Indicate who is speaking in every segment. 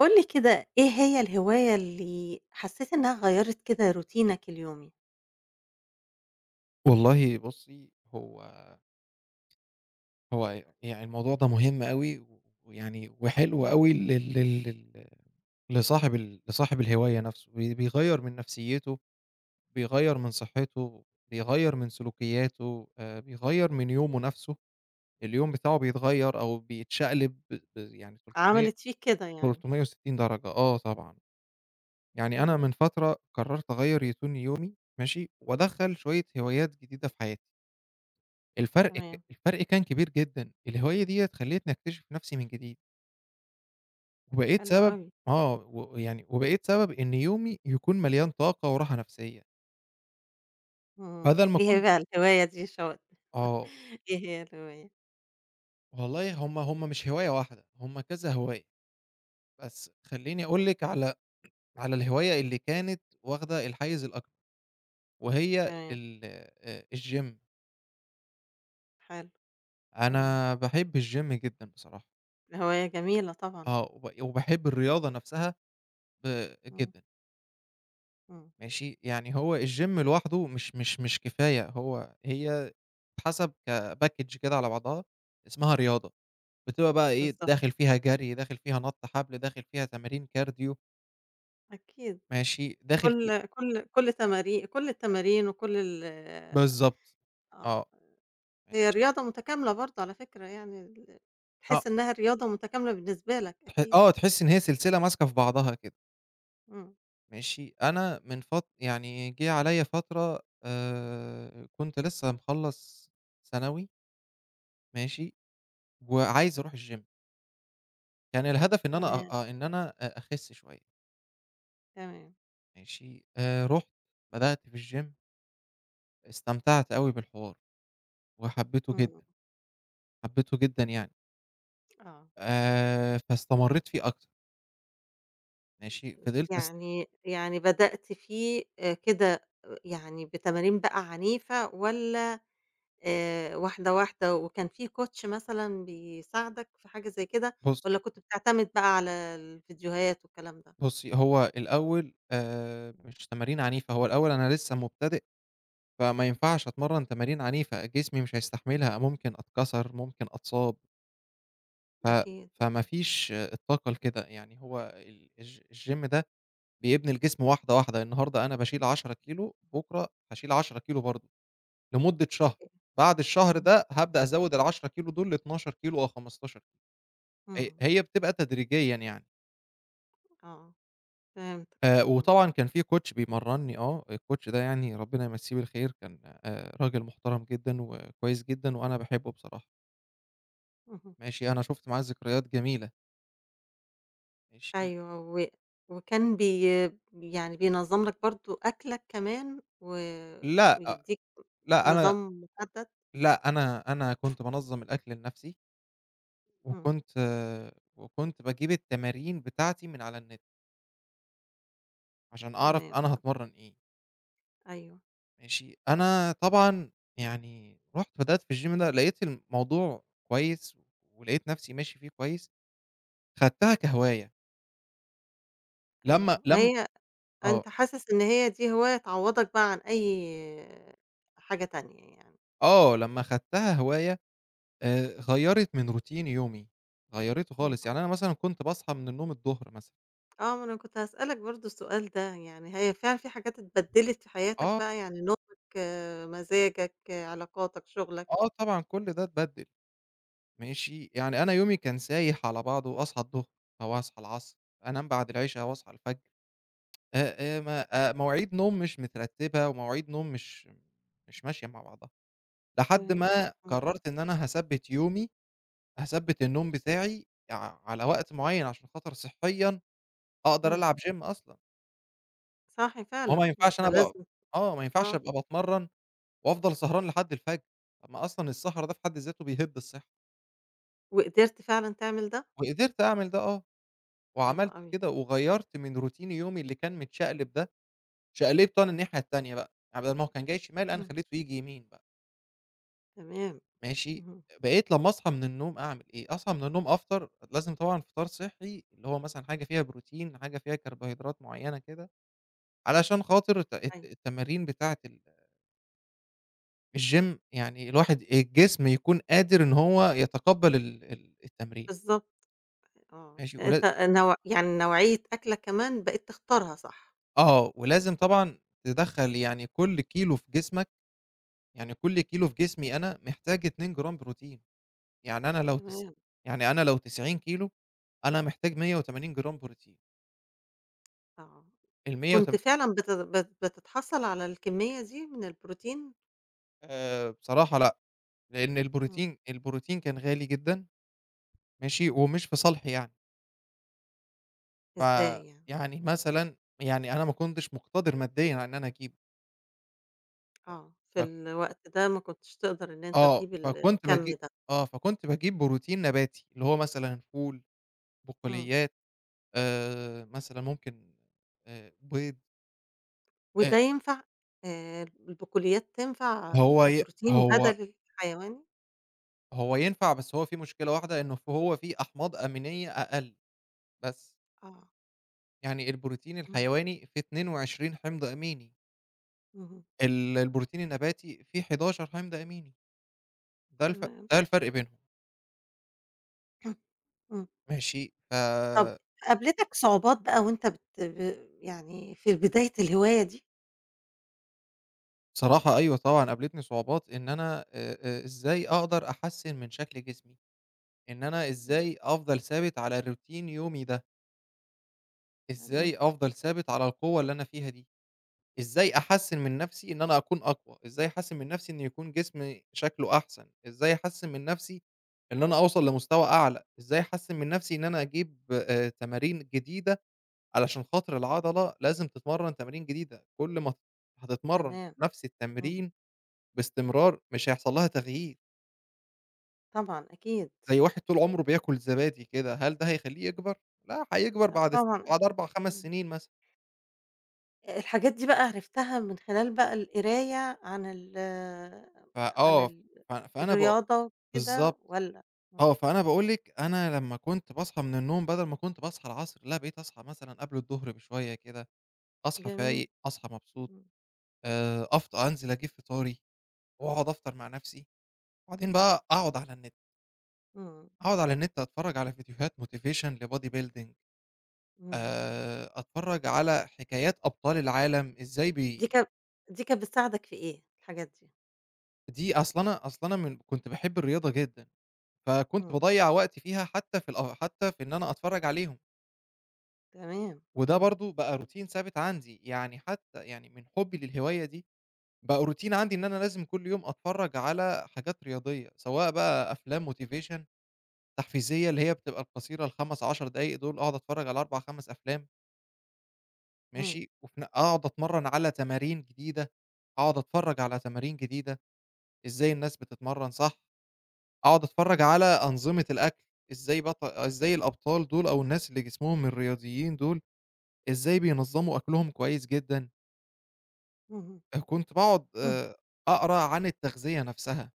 Speaker 1: قُل لي كده، إيه هي الهواية اللي حسّيت إنها غيّرِت كده روتينك اليومي؟
Speaker 2: والله بُصّي، هو يعني الموضوع ده مهم أوي، وحلو أوي لل لل لل لصاحب لصاحب الهواية نفسه، بيغيّر من نفسيته، بيغيّر من صحته، بيغيّر من سلوكياته، بيغيّر من يومه نفسه، اليوم بتاعه بيتغيّر أو بيتشقلب يعني 300
Speaker 1: عملت فيك كده يعني؟
Speaker 2: 360 درجة، آه طبعًا. يعني أنا
Speaker 1: إمم.
Speaker 2: من فترة قررت أغيّر روتين يومي، ماشي، وأدخّل شوية هوايات جديدة في حياتي.
Speaker 1: تمام.
Speaker 2: الفرق كان كبير جدًا، الهواية ديّة خلّتني أكتشف نفْسي من جديد، وبقيت
Speaker 1: حلو
Speaker 2: سبب.
Speaker 1: أوي.
Speaker 2: آه، وبقيت سبب إن يومي يكون مليان طاقة وراحة نفْسية،
Speaker 1: إمم.
Speaker 2: بدل ما
Speaker 1: إيه هي
Speaker 2: كنت.
Speaker 1: بقى الهواية دي؟ شوقتني.
Speaker 2: آه.
Speaker 1: إيه هي الهواية؟
Speaker 2: والله هُم مش هواية واحدة، هُم كذا هواية، بس خلّيني أقول لِك على على الهواية اللي كانت واخدة الحيّز الأكبر، وهي
Speaker 1: تمام.
Speaker 2: ال الgym.
Speaker 1: حلو. إمم.
Speaker 2: أنا باحب الgym جدًا بصراحة.
Speaker 1: هواية جميلة طبعًا.
Speaker 2: آه، وباحب الرياضة نفْسها ب
Speaker 1: إمم.
Speaker 2: جدًا.
Speaker 1: إمم.
Speaker 2: ماشي، يعني هو الgym لوحده مش مش كفاية، هي بتتحسب كpackage كده على بعضها، اسمها رياضة، بتبقى بقى إيه،
Speaker 1: بالضبط.
Speaker 2: داخل فيها جري، داخل فيها نَط حبل، داخل فيها تمارين كارديو،
Speaker 1: أكيد.
Speaker 2: ماشي، داخل في.
Speaker 1: كل التمارين وكل ال.
Speaker 2: بالضبط.
Speaker 1: آه،
Speaker 2: آه.
Speaker 1: هي
Speaker 2: ماشي.
Speaker 1: رياضة متكاملة برضه على فكرة، يعني ال.
Speaker 2: آه،
Speaker 1: تحس إنها رياضة متكاملة بالنسبة لك
Speaker 2: تح
Speaker 1: أكيد.
Speaker 2: آه، تحس إن هي سلسلة ماسكة في بعضها كده.
Speaker 1: إمم.
Speaker 2: ماشي، أنا من فت يعني جِه عليَّ فترة، كنت لسه مخلّص ثانوي، ماشي، وعايز أروح الgym. كان الهدف إن أنا أ
Speaker 1: تمام.
Speaker 2: أ إن أنا أ أخس شوية.
Speaker 1: تمام.
Speaker 2: ماشي، رُحت بدأت في الgym، استمتعت أوي بالحوار وحبيته
Speaker 1: إمم.
Speaker 2: جدًا، حبيته جدًا يعني.
Speaker 1: آه.
Speaker 2: فاستمريت فيه أكتر، ماشي، فضلت أس
Speaker 1: يعني بدأتِ فيه كده، آه، يعني بتمارين بقى عنيفة والّا واحدة، واحدة، وكان في coach مثلًا بيساعدك في حاجة زي كده، والّا
Speaker 2: بُصّي.
Speaker 1: كنت بتعتمد بقى على الفيديوهات والكلام ده؟
Speaker 2: بُصّي هو الأول، مش تمارين عنيفة، هو الأول أنا لسه مبتدئ، فما ينفعش أتمرّن تمارين عنيفة، جسمي مش هيستحملها، ممكن أتكسر، ممكن أتصاب، ف
Speaker 1: أكيد.
Speaker 2: فما فيش الطاقة لكده. يعني هو ال الج الgym ده بيبني الجسم واحدة، واحدة، النهارده أنا باشيل 10 كيلو، بُكرة هاشيل 10 كيلو برضه، لمدة شهر.
Speaker 1: أكيد.
Speaker 2: بعد
Speaker 1: إمم.
Speaker 2: الشهر
Speaker 1: إمم.
Speaker 2: ده هابدأ أزوّد ال10 كيلو دول ل12 كيلو أو 15 كيلو.
Speaker 1: إمم.
Speaker 2: هي بتبقى تدريجيًا يعني.
Speaker 1: آه، فهمتك. إمم.
Speaker 2: وطبعًا كان في coach بيمرّني. آه، الcoach ده يعني ربنا يمسّيه بالخير، كان راجل محترم جدًا وكويس جدًا وأنا باحبه بصراحة.
Speaker 1: اهم.
Speaker 2: ماشي، أنا شُفت معاه ذكريات جميلة، ماشي.
Speaker 1: أيوه، و وكان يعني بينظّم لك برضه أكلك كمان، و
Speaker 2: لأ. آه.
Speaker 1: ويدّيك
Speaker 2: لأ، أنا.
Speaker 1: نظام محدد؟
Speaker 2: لأ، أنا كنت بانظّم الأكل لنَفْسي.
Speaker 1: إمم.
Speaker 2: وكنت وكنت باجيب التمارين بتاعتي من على النت، عشان أعرف
Speaker 1: تمام.
Speaker 2: أنا هاتمرّن إيه.
Speaker 1: أيوه.
Speaker 2: ماشي، أنا طبعًا يعني رُحت بدأت في الgym ده، لقيت الموضوع كويس، ولقيت نفسي ماشي فيه كويس، خدتها كهواية. لمّا
Speaker 1: أيوه، ما
Speaker 2: لم
Speaker 1: هي،
Speaker 2: آه.
Speaker 1: أنت حاسس إن هي دي هواية تعوّضك بقى عن أي حاجة تانية يعني؟
Speaker 2: آه، لمّا خدتها هواية، غيّرت من روتين يومي، غيّرته
Speaker 1: اهم.
Speaker 2: خالص. يعني أنا مثلًا كنت باصحى من النوم الضهر مثلًا.
Speaker 1: آه، ما أنا كنت هاسألك برضه السؤال ده، يعني هي فعلًا في حاجات اتبدلت في حياتك
Speaker 2: آه.
Speaker 1: بقى، يعني نومك، آه، مزاجك، آه، علاقاتك، شغلك.
Speaker 2: آه طبعًا كل ده اتبدِّل. ماشي، يعني أنا يومي كان سايح على بعضه، أصحى الضهر أو أصحى العصر، أنام بعد العشا وأصحى الفجر، ما مواعيد نوم مش مترتبة ومواعيد نوم مش ماشية مع بعضها، لحد
Speaker 1: تمام.
Speaker 2: ما
Speaker 1: إمم.
Speaker 2: قررت إن أنا هاثبّت يومي، هاثبّت النوم بتاعي ع على وقت معين، عشان خاطر صحيًا أقدر
Speaker 1: إمم.
Speaker 2: ألعب gym أصلًا.
Speaker 1: صح
Speaker 2: ما هو ما
Speaker 1: فعلًا، ما
Speaker 2: ينفعش
Speaker 1: أنت
Speaker 2: أنا ابقى
Speaker 1: لازم.
Speaker 2: آه، ما ينفعش
Speaker 1: آه،
Speaker 2: أبقى باتمرن وأفضل سهران لحد الفجر، طب ما أصلًا السهر ده في حد ذاته بيهِد الصحة.
Speaker 1: وقدرت فعلًا تعمل ده؟
Speaker 2: وقدرت أعمل ده آه.
Speaker 1: حلو
Speaker 2: وعملت
Speaker 1: أوي.
Speaker 2: كده وغيّرت من روتين يومي اللي كان متشقلب ده، شقلبته أنا الناحية التانية بقى، يعني بدل ما هو كان جاي شمال أنا
Speaker 1: إمم.
Speaker 2: خلّيته ييجي يمين بقى،
Speaker 1: تمام.
Speaker 2: ماشي.
Speaker 1: اهم.
Speaker 2: بقيت لمّا أصحى من النوم أعمل إيه، أصحى من النوم أفطر، لازم طبعًا فطار صحّي اللي هو مثلًا حاجة فيها بروتين، حاجة فيها كربوهيدرات معيّنة كده، علشان خاطر
Speaker 1: أيوه.
Speaker 2: التمارين بتاعة الgym، يعني الواحد الجسم يكون قادر إن هو يتقبّل ال ال التمرين
Speaker 1: بالضبط. آه،
Speaker 2: ماشي.
Speaker 1: أنت نوع يعني نوعية أكلة كمان بقيت تختارها صح؟
Speaker 2: آه، ولازم طبعًا تدخّل، يعني كل كيلو في جسمك، يعني كل كيلو في جسمي أنا محتاج 2 جرام بروتين. يعني أنا لو تس
Speaker 1: تمام.
Speaker 2: يعني أنا لو 90 كيلو أنا محتاج 180 جرام بروتين.
Speaker 1: آه،
Speaker 2: ال100
Speaker 1: كنت
Speaker 2: وتم
Speaker 1: فعلًا بت بت بتتحصل على الكمية دي من البروتين؟
Speaker 2: بصراحة لأ، لإن
Speaker 1: إمم.
Speaker 2: البروتين كان غالي جدًا، ماشي،
Speaker 1: إمم.
Speaker 2: ومش في صالحي يعني.
Speaker 1: إزاي يعني؟
Speaker 2: فيعني مثلًا يعني أنا ما كنتش مقتدر ماديًا على إن أنا أجيبه.
Speaker 1: آه، في
Speaker 2: ف
Speaker 1: الوقت ده ما كنتش تقدر إن أنت
Speaker 2: آه،
Speaker 1: تجيب
Speaker 2: فكنت
Speaker 1: الكم
Speaker 2: باجي
Speaker 1: ده.
Speaker 2: آه، فكنت باجيب بروتين نباتي، اللي هو مثلًا فول،
Speaker 1: إمم.
Speaker 2: بقوليات، مثلًا ممكن بيض. آآ
Speaker 1: وده ينفع. آآ، البقوليات تنفع
Speaker 2: هو ي
Speaker 1: كبروتين
Speaker 2: هو
Speaker 1: بدل الحيواني؟
Speaker 2: هو ينفع، بس هو في مشكلة واحدة، إنه ف هو فيه أحماض أمينية أقل بس.
Speaker 1: آه.
Speaker 2: يعني البروتين
Speaker 1: إمم.
Speaker 2: الحيواني فيه 22 حمض أميني،
Speaker 1: اهم.
Speaker 2: البروتين النباتي فيه 11 حمض أميني. ده الف
Speaker 1: تمام.
Speaker 2: ده الفرق بينهم،
Speaker 1: إمم.
Speaker 2: ماشي.
Speaker 1: طب قابلتك صعوبات بقى وأنت بت ب يعني في بداية الهواية دي؟
Speaker 2: بصراحة أيوه طبعًا قابلتني صعوبات، إن أنا إزاي أقدر أحسّن من شكل جسمي، إن أنا
Speaker 1: إمم.
Speaker 2: إزاي أفضل ثابت على روتين يومي ده،
Speaker 1: تمام.
Speaker 2: إزاي أفضل ثابت على القوة اللي أنا فيها دي. إزاي أحسّن من نَفْسي إن أنا أكون أقوى، إزاي أحسّن من نَفْسي إن يكون جسمي شكله أحسن، إزاي أحسّن من نَفْسي إن أنا أوصل لمستوى أعلى، إزاي أحسّن من نَفْسي إن أنا أجيب تمارين جديدة، علشان خاطر العضلة لازم تتمرّن تمارين جديدة. كل ما هتتمرّن
Speaker 1: تمام.
Speaker 2: نَفْس
Speaker 1: إمم.
Speaker 2: التمرين باستمرار مش هيحصل لها تغيير،
Speaker 1: طبعًا أكيد.
Speaker 2: زي واحد طول عمره بياكل زبادي كده، هل ده هيخلّيه يكبر؟ لأ، هيكبر
Speaker 1: لأ
Speaker 2: بعد س
Speaker 1: طبعًا
Speaker 2: بعد
Speaker 1: أكيد.
Speaker 2: 4، 5
Speaker 1: إمم.
Speaker 2: سنين مثلًا.
Speaker 1: الحاجات دي بقى عرفتها من خلال بقى القراية عن ال عن
Speaker 2: فآه،
Speaker 1: ال
Speaker 2: ف فأنا ب
Speaker 1: الرياضة وكده
Speaker 2: بالضبط.
Speaker 1: والّا. إمم.
Speaker 2: آه، فأنا باقول لِك أنا لمّا كنت باصحى من النوم بدل ما كنت باصحى العصر، لأ بقيت أصحى مثلًا قبل الضهر بشوية كده، أصحى
Speaker 1: جميل.
Speaker 2: فايق، أصحى مبسوط.
Speaker 1: إمم.
Speaker 2: أفط أنزل أجيب فطاري وأقعد أفطر مع نفسي، وبعدين بقى أقعد على النت.
Speaker 1: إمم.
Speaker 2: أقعد على النت أتفرّج على فيديوهات motivation لbody building،
Speaker 1: إمم.
Speaker 2: أتفرّج على حكايات أبطال العالم إزاي
Speaker 1: دي
Speaker 2: بي
Speaker 1: كان دي كانت بتساعدك في إيه الحاجات دي؟
Speaker 2: دي أصل أنا، أصل أنا من كنت باحب الرياضة جدًا، فكنت
Speaker 1: إمم.
Speaker 2: باضيّع وقتي فيها حتى في الأ حتى في إن أنا أتفرّج عليهم.
Speaker 1: تمام.
Speaker 2: وده
Speaker 1: إمم.
Speaker 2: برضه بقى روتين ثابت عندي، يعني حتى يعني من حُبّي للهواية دي، بقى روتين عندي إن أنا لازم كل يوم أتفرّج على حاجات رياضية، سواء بقى أفلام motivation تحفيزية اللي هي بتبقى القصيرة ال5، 10 دقايق دول، أقعد أتفرّج على 4، 5 أفلام.
Speaker 1: إمم.
Speaker 2: ماشي، وفي ن أقعد أتمرّن على تمارين جديدة، أقعد أتفرّج على تمارين جديدة، إزاي الناس بتتمرّن صح، أقعد أتفرّج
Speaker 1: إمم.
Speaker 2: على أنظمة الأكل، إزاي الأبطال دول أو الناس اللي جسمهم الرياضيين دول، إزاي بينظّموا أكلهم كويس جدًا.
Speaker 1: اهم.
Speaker 2: كنت باقعد
Speaker 1: إمم.
Speaker 2: أقرا عن التغذية نفسها،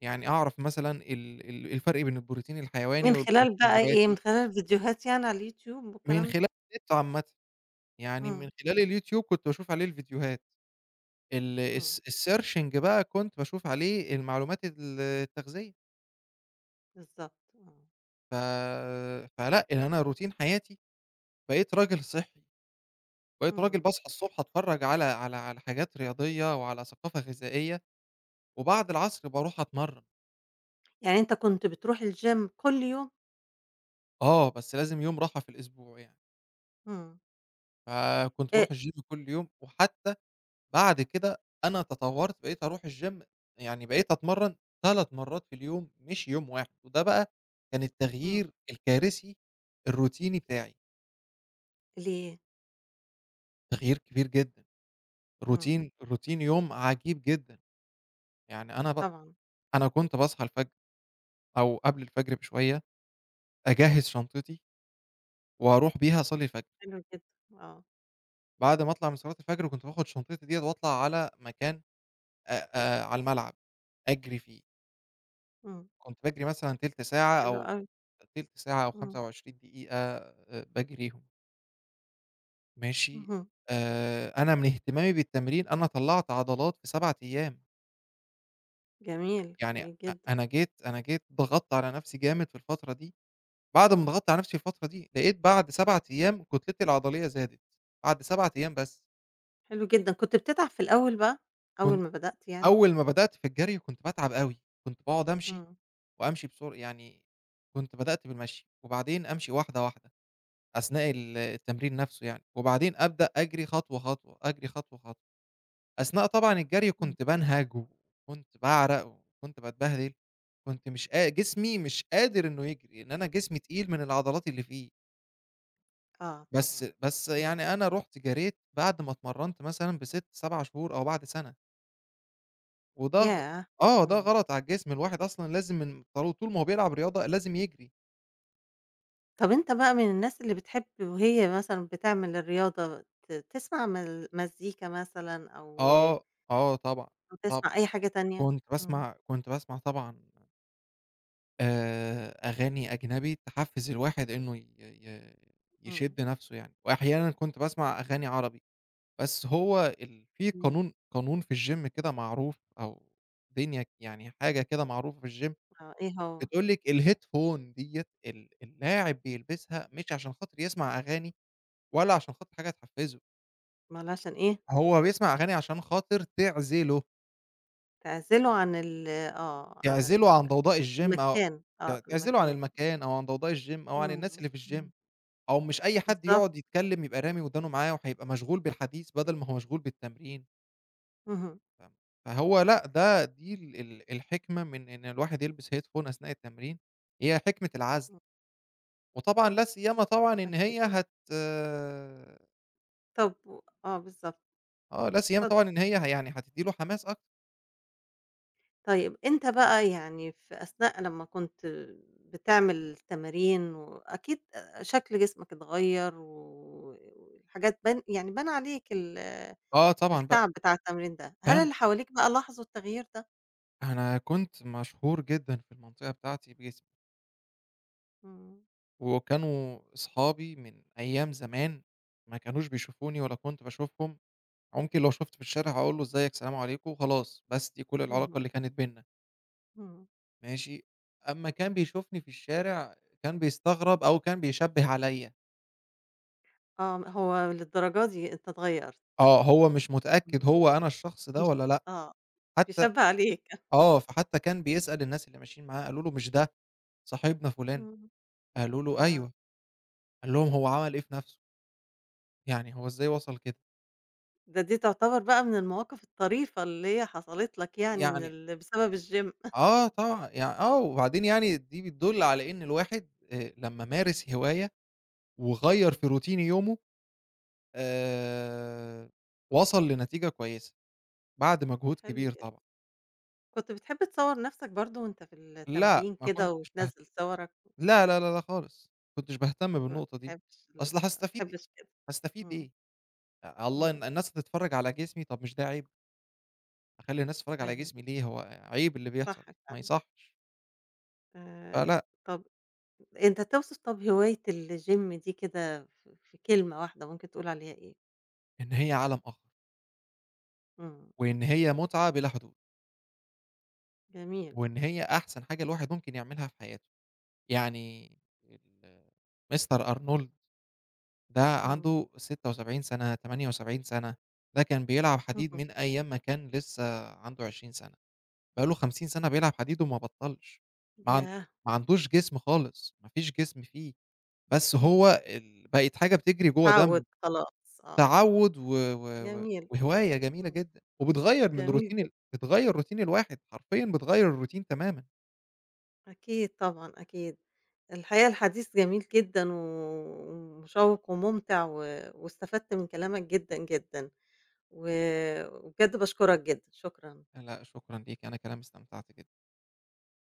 Speaker 2: يعني أعرف مثلًا ال ال الفرق بين البروتين الحيواني
Speaker 1: من خلال
Speaker 2: والبروتين
Speaker 1: بقى إيه، من
Speaker 2: النباتي،
Speaker 1: خلال الفيديوهات يعني على اليوتيوب
Speaker 2: من
Speaker 1: والكلام ده؟
Speaker 2: خلال النت عامةً، يعني
Speaker 1: إمم.
Speaker 2: من خلال اليوتيوب كنت باشوف عليه الفيديوهات، ال
Speaker 1: إمم.
Speaker 2: الس الsearching بقى كنت باشوف عليه المعلومات التغذية.
Speaker 1: بالضبط. آه.
Speaker 2: ف فلأ، يعني أنا روتين حياتي بقيت راجل صحّي، بقيت راجل
Speaker 1: إمم.
Speaker 2: باصحى الصبح أتفرّج على على حاجات رياضية وعلى ثقافة غذائية، وبعد العصر باروح أتمرّن.
Speaker 1: يعني أنت كنت بتروح الgym كل يوم؟
Speaker 2: آه، بس لازم يوم راحة في الأسبوع يعني.
Speaker 1: إمم.
Speaker 2: فكنت
Speaker 1: آآ
Speaker 2: باروح الgym كل يوم، وحتى بعد كده أنا تطوّرت بقيت أروح الgym، يعني بقيت أتمرّن 3 مرّات في اليوم مش يوم واحد. وده بقى كان
Speaker 1: إمم.
Speaker 2: التغيير الكارثي الروتيني بتاعي،
Speaker 1: ليه؟
Speaker 2: تغيير كبير جدًا،
Speaker 1: إمم.
Speaker 2: روتين يوم عجيب جدًا. يعني أنا ب
Speaker 1: طبعًا.
Speaker 2: أنا كنت باصحى الفجر أو قبل الفجر بشوية، أجهّز شنطتي وأروح بيها أصلّي الفجر.
Speaker 1: حلو جدًا. آه.
Speaker 2: بعد ما أطلع من صلاة الفجر كنت باخد شنطتي ديّة وأطلع على مكان، على الملعب أجري فيه.
Speaker 1: إمم.
Speaker 2: كنت باجري مثلًا تِلت ساعة
Speaker 1: حلو
Speaker 2: أو
Speaker 1: أوي.
Speaker 2: تِلت ساعة أو
Speaker 1: إمم.
Speaker 2: 25 دقيقة باجريهم ماشي.
Speaker 1: اهم.
Speaker 2: أنا من اهتمامي بالتمرين أنا طلّعت عضلات في 7 أيام.
Speaker 1: جميل،
Speaker 2: يعني أ
Speaker 1: جميل جدًا.
Speaker 2: أنا جيت ضغطت على نفسي جامد في الفترة دي، بعد ما ضغطت على نفسي الفترة دي لقيت بعد 7 أيام كتلتي العضلية زادت، بعد 7 أيام بس.
Speaker 1: حلو جدًا. كنت بتتعب في الأول بقى، أول
Speaker 2: كنت
Speaker 1: ما بدأت يعني؟
Speaker 2: أول ما بدأت في الجري كنت باتعب أوي، كنت باقعد أمشي
Speaker 1: إمم.
Speaker 2: وأمشي بسر يعني كنت بدأت بالمشي وبعدين أمشي واحدة واحدة. أثناء التمرين نفسه يعني، وبعدين أبدأ أجري خطوة، خطوة، أجري خطوة، خطوة. أثناء طبعًا الجري
Speaker 1: إمم.
Speaker 2: كنت بانهج وكنت باعرق وكنت باتبهدل، كنت مش قا جسمي مش قادر إنه يجري، لإن أنا جسمي تقيل من العضلات اللي فيه.
Speaker 1: آه
Speaker 2: بس
Speaker 1: طبعًا.
Speaker 2: بس يعني
Speaker 1: إمم.
Speaker 2: أنا رُحت جريت بعد ما اتمرنت مثلًا ب6، 7 شهور أو بعد سنة، وده غ
Speaker 1: ياه!
Speaker 2: آه، ده
Speaker 1: إمم.
Speaker 2: غلط على الجسم، الواحد أصلًا لازم من طالو طول ما هو بيلعب رياضة لازم يجري.
Speaker 1: طب أنت بقى من الناس اللي بتحب وهي مثلًا بتعمل الرياضة تسمع مزيكا مثلًا، أو
Speaker 2: آه. آه طبعًا.
Speaker 1: أو
Speaker 2: طب
Speaker 1: تسمع أي حاجة تانية؟ إمم.
Speaker 2: كنت باسمع طبعًا أغاني أجنبي تحفّز الواحد إنه ي ي
Speaker 1: إمم.
Speaker 2: يشِد نَفْسه يعني، وأحيانًا كنت باسمع أغاني عربي. بس هو ال في
Speaker 1: جميل.
Speaker 2: قانون في الgym كده معروف أو دنيا يعني حاجة كده معروفة في الgym،
Speaker 1: آه. إيه هو؟
Speaker 2: بتقول لِك الheadphone ديّة اللاعب بيلبسها مش عشان خاطر يسمع أغاني ولا عشان خاطر حاجة تحفّزه،
Speaker 1: ما هو علشان إيه،
Speaker 2: هو بيسمع أغاني عشان خاطر تعزله،
Speaker 1: تعزله عن ال آه، عن
Speaker 2: تعزله عن ضوضاء الgym، أو
Speaker 1: المكان، آه،
Speaker 2: تعزله عن
Speaker 1: المكان.
Speaker 2: المكان أو عن ضوضاء الgym أو عن الناس
Speaker 1: إمم.
Speaker 2: اللي في الgym.
Speaker 1: إمم.
Speaker 2: أو مش أي حد
Speaker 1: بالضبط.
Speaker 2: يقعد يتكلّم يبقى رامي ودانه معاه وهيبقى مشغول بالحديث بدل ما هو مشغول بالتمرين.
Speaker 1: اهم.
Speaker 2: ف فهو لأ، ده دي ال ال الحكمة من إن الواحد يلبس headphone أثناء التمرين، هي حكمة العزل.
Speaker 1: إمم.
Speaker 2: وطبعًا لا سيما طبعًا إن
Speaker 1: أكيد.
Speaker 2: هي هت
Speaker 1: طب آه، بالضبط.
Speaker 2: آه، لا سيما
Speaker 1: اتفضل.
Speaker 2: طبعًا إن هي ه يعني هتدّي له حماس أكتر.
Speaker 1: طيب أنت بقى يعني في أثناء لمّا كنت بتعمل تمارين، وأكيد شكل جسمك اتغيّر، و والحاجات يعني عليك
Speaker 2: آه طبعًا بقى.
Speaker 1: التعب بتاع التمرين ده، هل
Speaker 2: كان
Speaker 1: اللي حواليك بقى لاحظوا التغيير ده؟
Speaker 2: أنا كنت مشهور جدًا في المنطقة بتاعتي باسمي،
Speaker 1: إمم.
Speaker 2: وكانوا أصحابي من أيام زمان ما كانوش بيشوفوني ولا كنت باشوفهم. أو ممكن لو شُفته في الشارع هاقول له إزيك، سلام عليكم، خلاص، بس دي كل العلاقة
Speaker 1: اهم.
Speaker 2: اللي كانت بيننا،
Speaker 1: إمم.
Speaker 2: ماشي. أمّا كان بيشوفني في الشارع كان بيستغرب أو كان بيشبّه عليَّ.
Speaker 1: آه، هو للدرجة دي أنت اتغيّرت.
Speaker 2: آه، هو مش متأكد
Speaker 1: إمم.
Speaker 2: هو أنا الشخص ده
Speaker 1: مش،
Speaker 2: والّا لأ.
Speaker 1: آه،
Speaker 2: حتى
Speaker 1: بيشبّق عليك.
Speaker 2: آه، فحتى كان بيسأل الناس اللي ماشيين معاه، قالوا له: "مش ده صاحبنا فلان؟"
Speaker 1: إمم.
Speaker 2: قالوا له:
Speaker 1: آه.
Speaker 2: "أيوه." قال لهم: "هو عمل إيه في نَفْسه؟ يعني هو إزاي وصل كده؟"
Speaker 1: دي تعتبر بقى من المواقف الطريفة اللي هي حصلت لك يعني من
Speaker 2: يعني
Speaker 1: ال بسبب الgym.
Speaker 2: آه طبعًا، يعني آه، وبعدين يعني دي بتدُل على إن الواحد لمّا مارس هواية وغيّر
Speaker 1: إمم.
Speaker 2: في روتين يومه، آآ، وصل لنتيجة كويسة، بعد مجهود
Speaker 1: حلو
Speaker 2: كبير
Speaker 1: جدًا.
Speaker 2: طبعًا.
Speaker 1: كنت بتحب تصوّر نَفْسك برضه وأنت في
Speaker 2: لأ،
Speaker 1: التمرين
Speaker 2: ما
Speaker 1: كده
Speaker 2: كنتش باهت
Speaker 1: وتنزّل صورك؟
Speaker 2: لا، لا، لا، لا خالص، ما كنتش باهتم
Speaker 1: ما
Speaker 2: بالنقطة دي،
Speaker 1: بتحبش ال
Speaker 2: أصل
Speaker 1: ما
Speaker 2: هاستفيد إيه
Speaker 1: بتحبش كده.
Speaker 2: هاستفيد
Speaker 1: إمم.
Speaker 2: إيه؟ أ الله
Speaker 1: إمم.
Speaker 2: الن الناس هتتفرّج على جسمي، طب مش ده عيب؟ أخلّي الناس تتفرّج على
Speaker 1: أيوه،
Speaker 2: جسمي ليه؟ هو عيب اللي بيحصل،
Speaker 1: صح
Speaker 2: ما
Speaker 1: فعلًا.
Speaker 2: يصحّش.
Speaker 1: آآ،
Speaker 2: فلأ،
Speaker 1: طَب أنت توصف طَب هواية الgym دي كده، في كلمة واحدة ممكن تقول عليها إيه؟
Speaker 2: إن هي عالم آخر،
Speaker 1: إمم.
Speaker 2: وإن هي متعة بلا حدود،
Speaker 1: جميل.
Speaker 2: وإن هي أحسن حاجة الواحد ممكن يعملها في حياته. يعني ال Mr. Arnold ده
Speaker 1: إمم.
Speaker 2: عنده 76 سنة، 78 سنة، ده كان بيلعب حديد
Speaker 1: اهم.
Speaker 2: من أيام ما كان لسه عنده 20 سنة، بقى له 50 سنة بيلعب حديد وما بطّلش. ما عن
Speaker 1: ياه!
Speaker 2: ما عندوش جسم خالص، ما فيش جسم فيه، بس
Speaker 1: إمم.
Speaker 2: هو ال بقت حاجة بتجري جوّه
Speaker 1: اتعوّد
Speaker 2: دمه.
Speaker 1: خلاص، آه، آه.
Speaker 2: تعوُّد و و و
Speaker 1: جميل.
Speaker 2: وهواية جميلة
Speaker 1: إمم.
Speaker 2: جدًا، وبتغيّر من
Speaker 1: جميل
Speaker 2: روتين
Speaker 1: جدًا.
Speaker 2: ال بتغيّر روتين الواحد، حرفيًا بتغيّر الروتين تمامًا.
Speaker 1: أكيد، طبعًا أكيد. الحقيقة، الحديث جميل جدًا و ومشوّق وممتع، و واستفدت من كلامك جدًا جدًا. و وبجد باشكرك جدًا. شكرًا.
Speaker 2: لأ شكرًا ليكِ، أنا كمان استمتعت جدًا.